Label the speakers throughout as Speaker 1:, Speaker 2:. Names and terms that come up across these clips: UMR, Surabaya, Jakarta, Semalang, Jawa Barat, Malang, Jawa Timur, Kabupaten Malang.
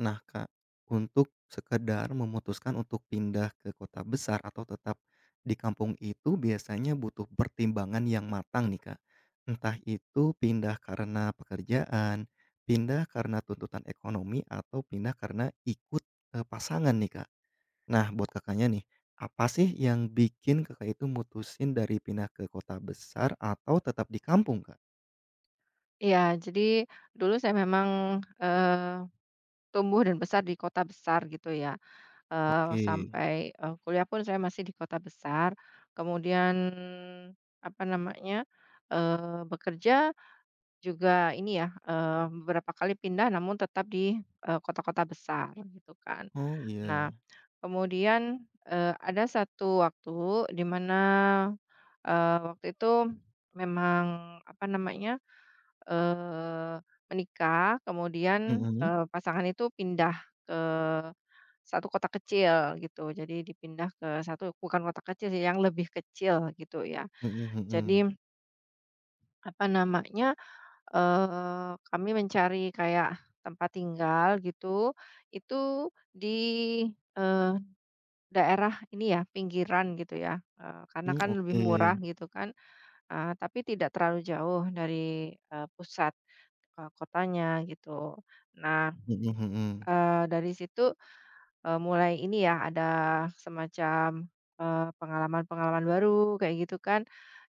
Speaker 1: Nah, Kak, untuk sekedar memutuskan untuk pindah ke kota besar atau tetap di kampung itu biasanya butuh pertimbangan yang matang nih, Kak. Entah itu pindah karena pekerjaan, pindah karena tuntutan ekonomi, atau pindah karena ikut, pasangan nih, Kak. Nah, buat Kakaknya nih, apa sih yang bikin Kakak itu mutusin dari pindah ke kota besar atau tetap di kampung, Kak?
Speaker 2: Iya, jadi dulu saya memang, eee, tumbuh dan besar di kota besar gitu ya,
Speaker 1: Oke.
Speaker 2: sampai, kuliah pun saya masih di kota besar. Kemudian, apa namanya, bekerja juga ini ya, beberapa kali pindah namun tetap di, kota-kota besar gitu kan.
Speaker 1: Oh,
Speaker 2: Nah,
Speaker 1: iya.
Speaker 2: kemudian, ada satu waktu di mana, waktu itu memang, apa namanya, eee, menikah, kemudian,
Speaker 1: Mhm.
Speaker 2: pasangan itu pindah ke satu kota kecil gitu. Jadi dipindah ke satu bukan kota kecil sih, yang lebih kecil gitu ya.
Speaker 1: Mhm
Speaker 2: Jadi,
Speaker 1: mhm.
Speaker 2: apa namanya, kami mencari kayak tempat tinggal gitu, itu di, eee, daerah ini ya, pinggiran gitu ya, karena
Speaker 1: Mmm,
Speaker 2: kan lebih
Speaker 1: oke.
Speaker 2: murah gitu kan. Tapi tidak terlalu jauh dari, pusat, kotanya gitu. Nah,
Speaker 1: Mhm mhm.
Speaker 2: dari situ, mulai ini ya ada semacam, pengalaman-pengalaman baru kayak gitu kan.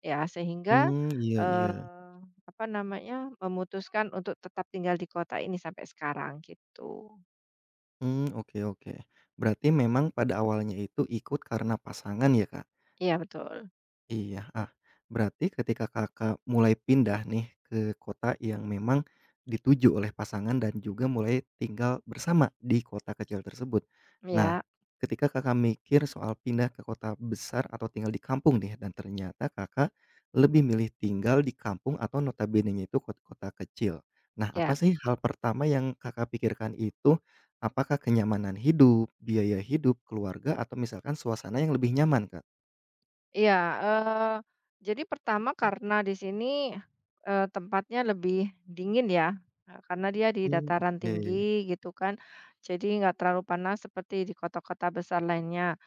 Speaker 2: Ya sehingga,
Speaker 1: Mmm, iya iya.
Speaker 2: eee, apa namanya, memutuskan untuk tetap tinggal di kota ini sampai sekarang gitu.
Speaker 1: Mmm, oke oke. Berarti memang pada awalnya itu ikut karena pasangan ya, Kak?
Speaker 2: Iya betul.
Speaker 1: Iya, ah, berarti ketika Kakak mulai pindah nih ke kota yang memang dituju oleh pasangan dan juga mulai tinggal bersama di kota kecil tersebut. Nah,
Speaker 2: Iya,
Speaker 1: ketika Kakak mikir soal pindah ke kota besar atau tinggal di kampung nih dan ternyata Kakak lebih milih tinggal di kampung atau notabenenya itu kota kecil. Nah,
Speaker 2: iya.
Speaker 1: apa sih hal pertama yang Kakak pikirkan itu? Apakah kenyamanan hidup, biaya hidup, keluarga, atau misalkan suasana yang lebih nyaman, Kak?
Speaker 2: Iya, eee, jadi pertama karena di sini, tempatnya lebih dingin ya, karena dia di
Speaker 1: Oh,
Speaker 2: dataran
Speaker 1: oke.
Speaker 2: tinggi gitu kan, jadi nggak terlalu panas seperti di kota-kota besar lainnya.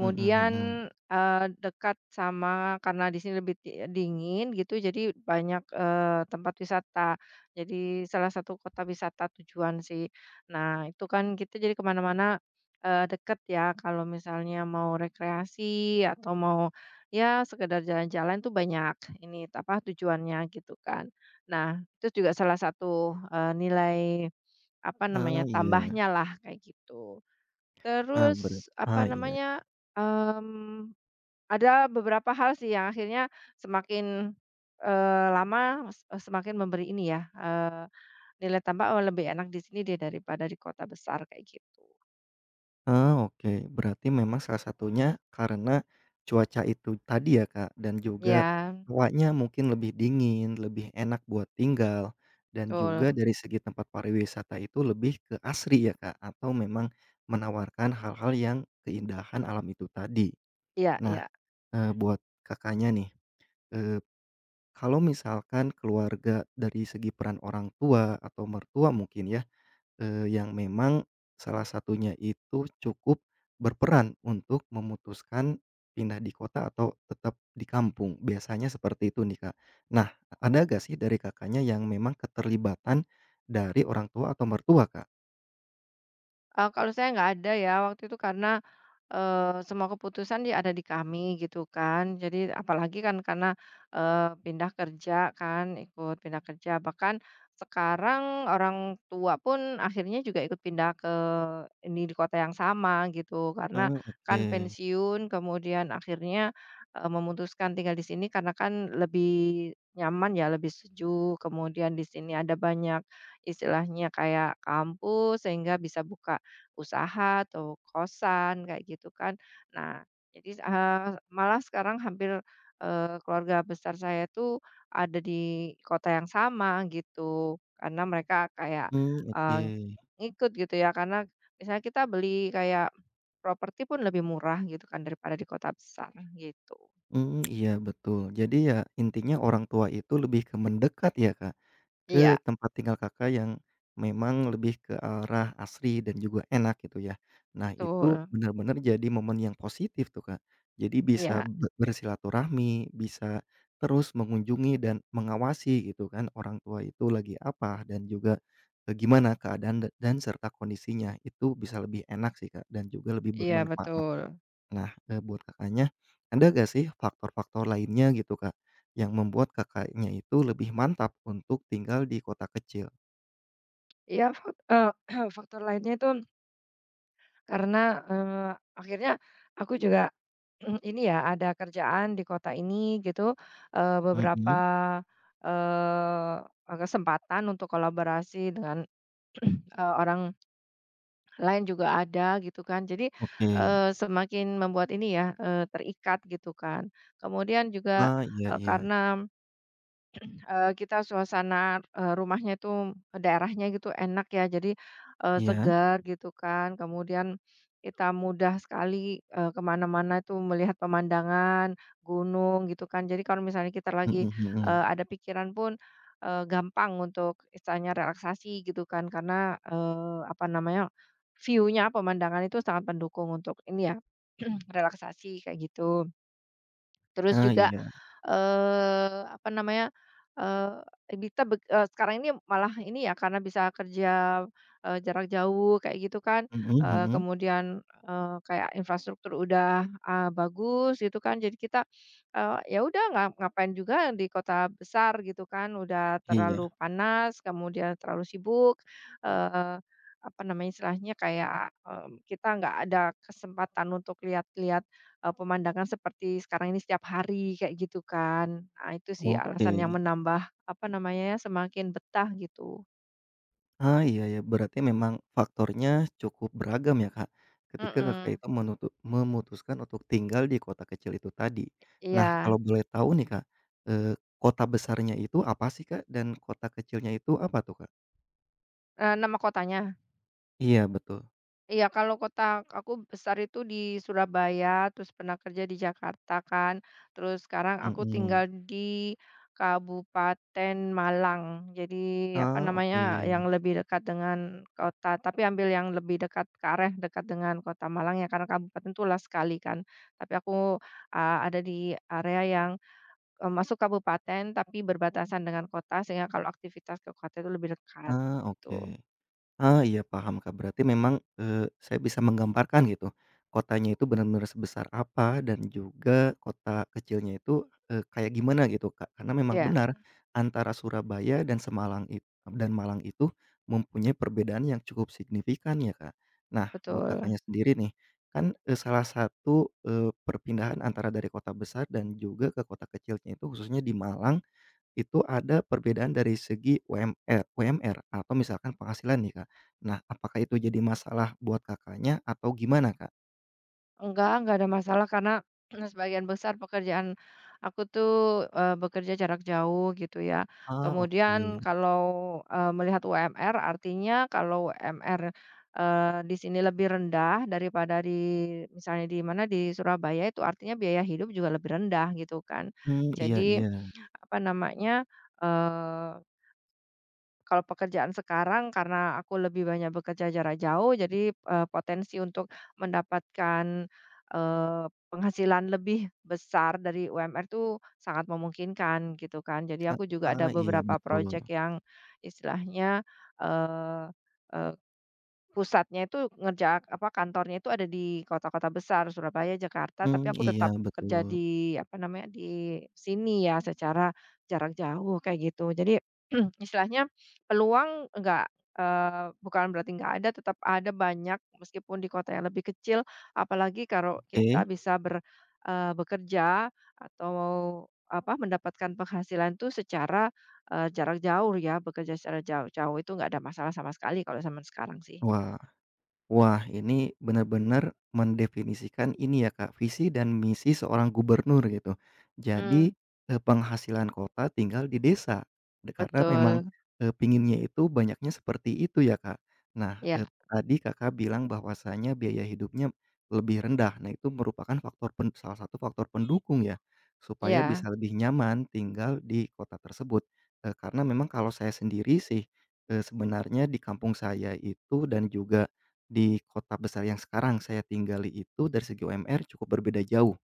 Speaker 1: Mhm mhm.
Speaker 2: dekat sama karena di sini lebih dingin gitu, jadi banyak, tempat wisata. Jadi salah satu kota wisata tujuan sih. Nah, itu kan kita jadi kemana mana-mana, deket ya, kalau misalnya mau rekreasi atau mau, ya sekedar jalan-jalan tuh banyak ini, apa, tujuannya gitu kan. Nah, itu juga salah satu, nilai, apa namanya,
Speaker 1: Ah, iya.
Speaker 2: tambahnya lah kayak gitu.
Speaker 1: Ah, berat
Speaker 2: Terus, apa
Speaker 1: ah, iya.
Speaker 2: namanya, mmm, ada beberapa hal sih yang akhirnya semakin, lama semakin memberi ini ya, nilai tambah, "Oh lebih enak di sini dia daripada di kota besar," kayak gitu.
Speaker 1: Ah, oke. Berarti memang salah satunya karena cuaca itu tadi ya, Kak, dan juga
Speaker 2: Ya
Speaker 1: hawanya mungkin lebih dingin, lebih enak buat tinggal, dan
Speaker 2: betul.
Speaker 1: juga dari segi tempat pariwisata itu lebih ke asri ya, Kak, atau memang menawarkan hal-hal yang keindahan alam itu tadi.
Speaker 2: Iya,
Speaker 1: Nah,
Speaker 2: iya.
Speaker 1: buat Kakaknya nih, eee, kalau misalkan keluarga dari segi peran orang tua atau mertua mungkin ya. Yang memang salah satunya itu cukup berperan untuk memutuskan pindah di kota atau tetap di kampung, biasanya seperti itu nih, Kak. Nah, ada gak sih dari Kakaknya yang memang keterlibatan dari orang tua atau mertua, Kak?
Speaker 2: Kalau saya nggak ada ya waktu itu karena, semua keputusan ya ada di kami gitu kan. Jadi apalagi kan karena, pindah kerja kan, ikut pindah kerja. Bahkan sekarang orang tua pun akhirnya juga ikut pindah ke ini di kota yang sama gitu. Karena
Speaker 1: Hmm, oke.
Speaker 2: kan pensiun kemudian akhirnya, memutuskan tinggal di sini karena kan lebih nyaman ya, lebih sejuk. Kemudian di sini ada banyak istilahnya kayak kampus sehingga bisa buka usaha atau kosan kayak gitu kan. Nah, jadi, malah sekarang hampir, keluarga besar saya tuh ada di kota yang sama gitu, karena mereka kayak,
Speaker 1: Hmm, oke.
Speaker 2: eee, ngikut gitu ya, karena misalnya kita beli kayak properti pun lebih murah gitu kan daripada di kota besar gitu.
Speaker 1: Mmm, iya betul. Jadi ya intinya orang tua itu lebih ke mendekat ya, Kak? Ke
Speaker 2: Iya,
Speaker 1: tempat tinggal Kakak yang memang lebih ke arah asri dan juga enak gitu ya. Nah, itu
Speaker 2: betul.
Speaker 1: benar-benar jadi momen yang positif tuh, Kak. Jadi bisa
Speaker 2: Iya,
Speaker 1: bersilaturahmi, bisa terus mengunjungi dan mengawasi gitu kan orang tua itu lagi apa dan juga, gimana keadaan dan serta kondisinya. Itu bisa lebih enak sih, Kak, dan juga lebih
Speaker 2: iya,
Speaker 1: bermanfaat.
Speaker 2: betul.
Speaker 1: Nah, buat Kakaknya, ada nggak sih faktor-faktor lainnya gitu, Kak, yang membuat Kakaknya itu lebih mantap untuk tinggal di kota kecil?
Speaker 2: Iya, faktor lainnya itu karena, eee, akhirnya aku juga, mhm, ini ya ada kerjaan di kota ini gitu, beberapa,
Speaker 1: Mhm,
Speaker 2: eee, kesempatan untuk kolaborasi dengan, orang lain juga ada gitu kan. Jadi,
Speaker 1: oke.
Speaker 2: semakin membuat ini ya, terikat gitu kan. Kemudian juga,
Speaker 1: Ah, iya iya.
Speaker 2: karena kita suasana, rumahnya itu daerahnya gitu enak ya, jadi,
Speaker 1: Iya,
Speaker 2: segar gitu kan, kemudian kita mudah sekali, ke mana itu melihat pemandangan, gunung gitu kan. Jadi kalau misalnya kita lagi,
Speaker 1: mhm mhm.
Speaker 2: ada pikiran pun, gampang untuk istilahnya relaksasi gitu kan, karena, apa namanya, view-nya, pemandangan itu sangat mendukung untuk ini ya, relaksasi kayak gitu. Terus
Speaker 1: Ah,
Speaker 2: juga,
Speaker 1: iya.
Speaker 2: apa namanya, eee, sekarang ini malah ini ya karena bisa kerja, jarak jauh kayak gitu kan,
Speaker 1: Mhm mhm.
Speaker 2: kemudian, kayak infrastruktur udah, bagus gitu kan. Jadi kita, ya udah ngapain juga di kota besar gitu kan, udah terlalu
Speaker 1: Iya,
Speaker 2: panas, kemudian terlalu sibuk, eee, apa namanya istilahnya kayak, kita nggak ada kesempatan untuk lihat-lihat pemandangan seperti sekarang ini setiap hari kayak gitu kan. Nah itu sih
Speaker 1: oke.
Speaker 2: alasan yang menambah, apa namanya ya, semakin betah gitu.
Speaker 1: Ah, iya ya, berarti memang faktornya cukup beragam ya, Kak, ketika Kakak
Speaker 2: Mhm.
Speaker 1: itu memutuskan untuk tinggal di kota kecil itu tadi.
Speaker 2: Iya,
Speaker 1: Nah, kalau boleh tahu nih, Kak, eee, kota besarnya itu apa sih, Kak? Dan kota kecilnya itu apa tuh, Kak?
Speaker 2: nama kotanya?
Speaker 1: Iya, betul.
Speaker 2: Iya, kalau kota aku besar itu di Surabaya, terus pernah kerja di Jakarta kan, terus sekarang aku
Speaker 1: Mhm.
Speaker 2: tinggal di Kabupaten Malang. Jadi apa
Speaker 1: Ah,
Speaker 2: namanya,
Speaker 1: oke.
Speaker 2: yang lebih dekat dengan kota, tapi ambil yang lebih dekat ke arah dekat dengan kota Malang ya, karena kabupaten itu luas sekali kan. Tapi aku ada di area yang masuk kabupaten tapi berbatasan dengan kota, sehingga kalau aktivitas ke kota itu lebih dekat
Speaker 1: Ah, oke.
Speaker 2: gitu.
Speaker 1: Ah, iya paham, Kak. Berarti memang, saya bisa menggambarkan gitu, kotanya itu benar-benar sebesar apa dan juga kota kecilnya itu, kayak gimana gitu, Kak. Karena memang
Speaker 2: Ya,
Speaker 1: benar antara Surabaya dan Semalang itu dan Malang itu mempunyai perbedaan yang cukup signifikan ya, Kak. Nah, buat
Speaker 2: betul.
Speaker 1: Kakaknya sendiri nih, kan, salah satu, perpindahan antara dari kota besar dan juga ke kota kecilnya itu khususnya di Malang itu ada perbedaan dari segi UMR UMR atau misalkan penghasilan nih, Kak. Nah, apakah itu jadi masalah buat Kakaknya atau gimana, Kak?
Speaker 2: Enggak ada masalah karena sebagian besar pekerjaan aku tuh, bekerja jarak jauh gitu ya.
Speaker 1: Ah,
Speaker 2: Kemudian
Speaker 1: oke.
Speaker 2: kalau, melihat UMR artinya kalau UMR, di sini lebih rendah daripada di misalnya di mana, di Surabaya itu artinya biaya hidup juga lebih rendah gitu kan.
Speaker 1: Mmm, iya
Speaker 2: Jadi
Speaker 1: iya.
Speaker 2: apa namanya, eee kalau pekerjaan sekarang karena aku lebih banyak bekerja jarak jauh jadi, potensi untuk mendapatkan, eee, penghasilan lebih besar dari UMR itu sangat memungkinkan gitu kan. Jadi aku juga ada
Speaker 1: Heeh, iya
Speaker 2: beberapa
Speaker 1: betul.
Speaker 2: proyek yang istilahnya, eee eee pusatnya itu ngerja apa, kantornya itu ada di kota-kota besar, Surabaya, Jakarta,
Speaker 1: Mmm,
Speaker 2: tapi aku
Speaker 1: iya
Speaker 2: tetap kerja
Speaker 1: betul.
Speaker 2: di, apa namanya, di sini ya, secara jarak jauh, kayak gitu. Jadi, istilahnya peluang enggak eee, bukan berarti enggak ada, tetap ada banyak meskipun di kota yang lebih kecil, apalagi kalau kita
Speaker 1: Oke.
Speaker 2: bisa bekerja atau, apa, mendapatkan penghasilan itu secara, jarak jauh ya, bekerja secara jauh jauh itu enggak ada masalah sama sekali kalau zaman sekarang sih.
Speaker 1: Wah. Wah, ini benar-benar mendefinisikan ini ya, Kak, visi dan misi seorang gubernur gitu. Jadi,
Speaker 2: Mmm,
Speaker 1: penghasilan kota tinggal di desa, de karena memang,
Speaker 2: betul.
Speaker 1: pinginnya itu banyaknya seperti itu ya, Kak. Nah,
Speaker 2: Ya,
Speaker 1: tadi Kakak bilang bahwasanya biaya hidupnya lebih rendah. Nah, itu merupakan faktor pen salah satu faktor pendukung ya, supaya bisa
Speaker 2: ya,
Speaker 1: lebih nyaman tinggal di kota tersebut. Karena memang kalau saya sendiri sih, sebenarnya di kampung saya itu dan juga di kota besar yang sekarang saya tinggali itu dari segi UMR cukup berbeda jauh,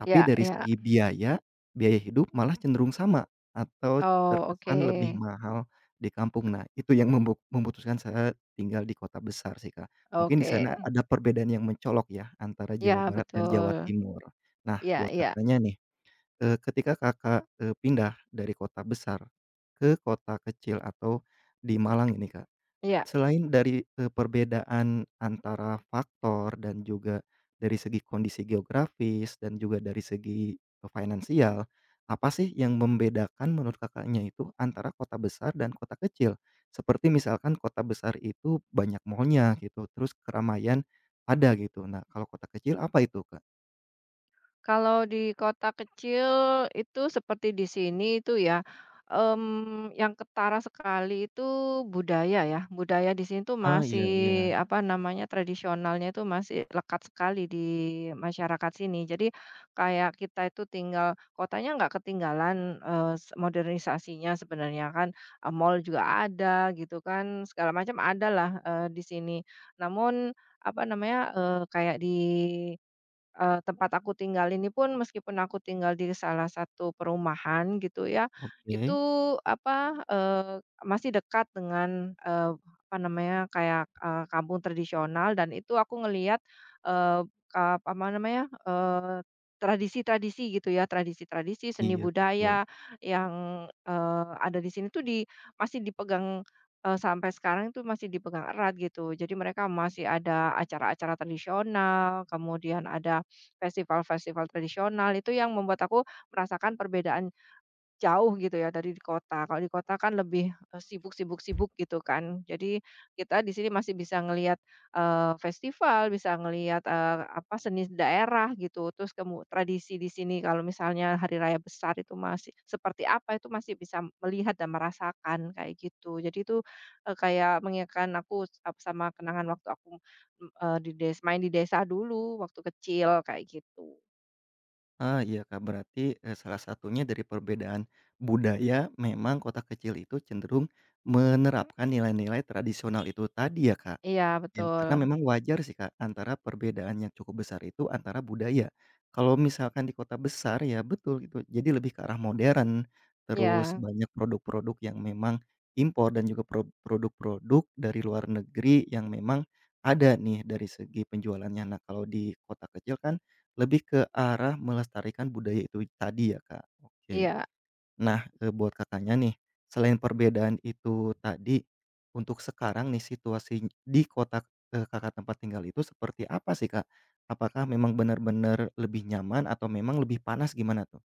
Speaker 1: tapi
Speaker 2: ya,
Speaker 1: dari
Speaker 2: ya.
Speaker 1: segi biaya, biaya hidup malah cenderung sama atau
Speaker 2: Oh, oke,
Speaker 1: terkesan lebih mahal di kampung. Nah, itu yang memutuskan saya tinggal di kota besar sih, Kak. Mungkin di sana
Speaker 2: oke.
Speaker 1: ada perbedaan yang mencolok ya antara Jawa
Speaker 2: Ya,
Speaker 1: Barat dan Jawa
Speaker 2: betul.
Speaker 1: Timur. Nah,
Speaker 2: Ya,
Speaker 1: buat
Speaker 2: ya,
Speaker 1: Kakaknya nih, ketika Kakak, pindah dari kota besar ke kota kecil atau di Malang ini, Kak.
Speaker 2: ya.
Speaker 1: Selain dari, perbedaan antara faktor dan juga dari segi kondisi geografis dan juga dari segi, finansial, apa sih yang membedakan menurut Kakaknya itu antara kota besar dan kota kecil? Seperti misalkan kota besar itu banyak mall gitu, terus keramaian ada gitu. Nah, kalau kota kecil apa itu, Kak?
Speaker 2: Kalau di kota kecil itu seperti di sini itu ya, yang ketara sekali itu budaya ya. Budaya di sini tuh
Speaker 1: Ah, iya
Speaker 2: masih,
Speaker 1: iya.
Speaker 2: apa namanya, tradisionalnya itu masih lekat sekali di masyarakat sini. Jadi kayak kita itu tinggal kotanya nggak ketinggalan, modernisasinya sebenarnya kan, mall juga ada gitu kan, segala macam ada lah, di sini. Namun, apa namanya, kayak di tempat aku tinggal ini pun meskipun aku tinggal di salah satu perumahan gitu ya,
Speaker 1: Oke,
Speaker 2: itu apa, masih dekat dengan, apa namanya, kayak, kampung tradisional dan itu aku ngelihat, apa namanya, tradisi-tradisi gitu ya, tradisi-tradisi, seni
Speaker 1: iya betul.
Speaker 2: budaya yang, ada di sini tuh di masih dipegang, sampai sekarang itu masih dipegang erat gitu. Jadi mereka masih ada acara-acara tradisional, kemudian ada festival-festival tradisional, itu yang membuat aku merasakan perbedaan jauh gitu ya dari di kota, kalau di kota kan lebih, sibuk sibuk sibuk gitu kan. Jadi kita di sini masih bisa ngelihat, festival, bisa ngelihat, apa, seni daerah gitu, terus tradisi di sini kalau misalnya hari raya besar itu masih seperti apa, itu masih bisa melihat dan merasakan kayak gitu. Jadi itu, kayak mengingatkan aku s- ap sama kenangan waktu aku, di des main di desa dulu waktu kecil kayak gitu.
Speaker 1: Ah, iya, Kak, berarti, salah satunya dari perbedaan budaya memang kota kecil itu cenderung menerapkan nilai-nilai tradisional itu tadi ya, Kak?
Speaker 2: Iya
Speaker 1: Ya, karena
Speaker 2: betul.
Speaker 1: memang wajar sih, Kak, antara perbedaan yang cukup besar itu antara budaya. Kalau misalkan di kota besar ya betul gitu, jadi lebih ke arah modern, terus
Speaker 2: Iya,
Speaker 1: banyak produk-produk yang memang impor dan juga produk-produk dari luar negeri yang memang ada nih dari segi penjualannya. Nah, kalau di kota kecil kan lebih ke arah melestarikan budaya itu tadi ya, Kak. Oke.
Speaker 2: iya.
Speaker 1: Nah, buat Kakaknya nih, selain perbedaan itu tadi, untuk sekarang nih situasi di kota, Kakak tempat tinggal itu seperti apa sih, Kak? Apakah memang benar-benar lebih nyaman atau memang lebih panas gimana tuh?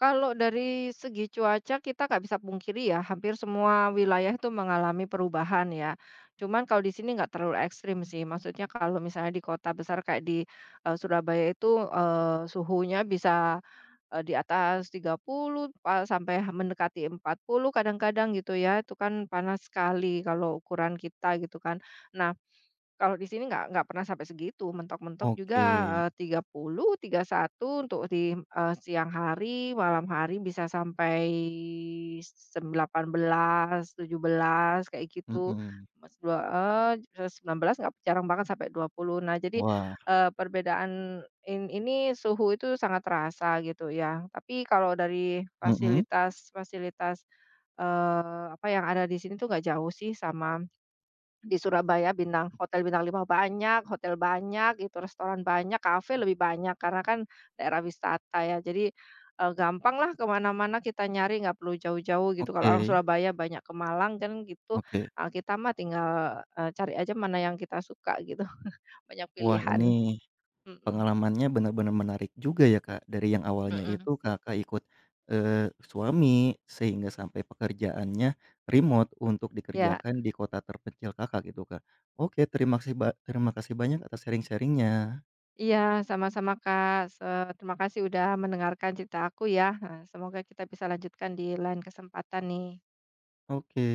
Speaker 2: Kalau dari segi cuaca kita nggak bisa pungkiri ya, hampir semua wilayah itu mengalami perubahan ya. Cuman kalau di sini nggak terlalu ekstrim sih, maksudnya kalau misalnya di kota besar kayak di Surabaya itu suhunya bisa di atas 30 sampai mendekati 40 kadang-kadang gitu ya, itu kan panas sekali kalau ukuran kita gitu kan. Nah kalau di sini nggak pernah sampai segitu, mentok-mentok juga,
Speaker 1: Oke,
Speaker 2: eh, tiga eee, 30, satu untuk di, siang hari, malam hari bisa sampai 18 17 kayak gitu.
Speaker 1: mhm.
Speaker 2: Mas dua eh 19 nggak jarang banget sampai 20. Nah jadi,
Speaker 1: Wah,
Speaker 2: perbedaan ini suhu itu sangat terasa gitu ya. Tapi kalau dari
Speaker 1: mhm,
Speaker 2: fasilitas fasilitas, apa yang ada di sini tuh nggak jauh sih sama di Surabaya hotel bintang 5 banyak, hotel banyak gitu, restoran banyak, kafe lebih banyak karena kan daerah wisata ya. Jadi, gampanglah ke mana-mana kita nyari nggak perlu jauh-jauh gitu. Kalau
Speaker 1: oke
Speaker 2: orang Surabaya banyak ke Malang kan gitu,
Speaker 1: oke.
Speaker 2: kita mah tinggal, cari aja mana yang kita suka gitu. Banyak
Speaker 1: Wah,
Speaker 2: pilihan.
Speaker 1: ini
Speaker 2: Mhm,
Speaker 1: pengalamannya benar-benar menarik juga ya, Kak. Dari yang awalnya
Speaker 2: mhm.
Speaker 1: itu Kakak ikut, suami sehingga sampai pekerjaannya remote untuk
Speaker 2: Ya.
Speaker 1: dikerjakan di kota terpencil Kakak gitu, Kak. Oke, terima kasih terima kasih banyak atas sharingnya.
Speaker 2: Iya, sama-sama Kak, terima kasih udah mendengarkan cerita aku ya. Heeh, semoga kita bisa lanjutkan di lain kesempatan nih.
Speaker 1: Oke.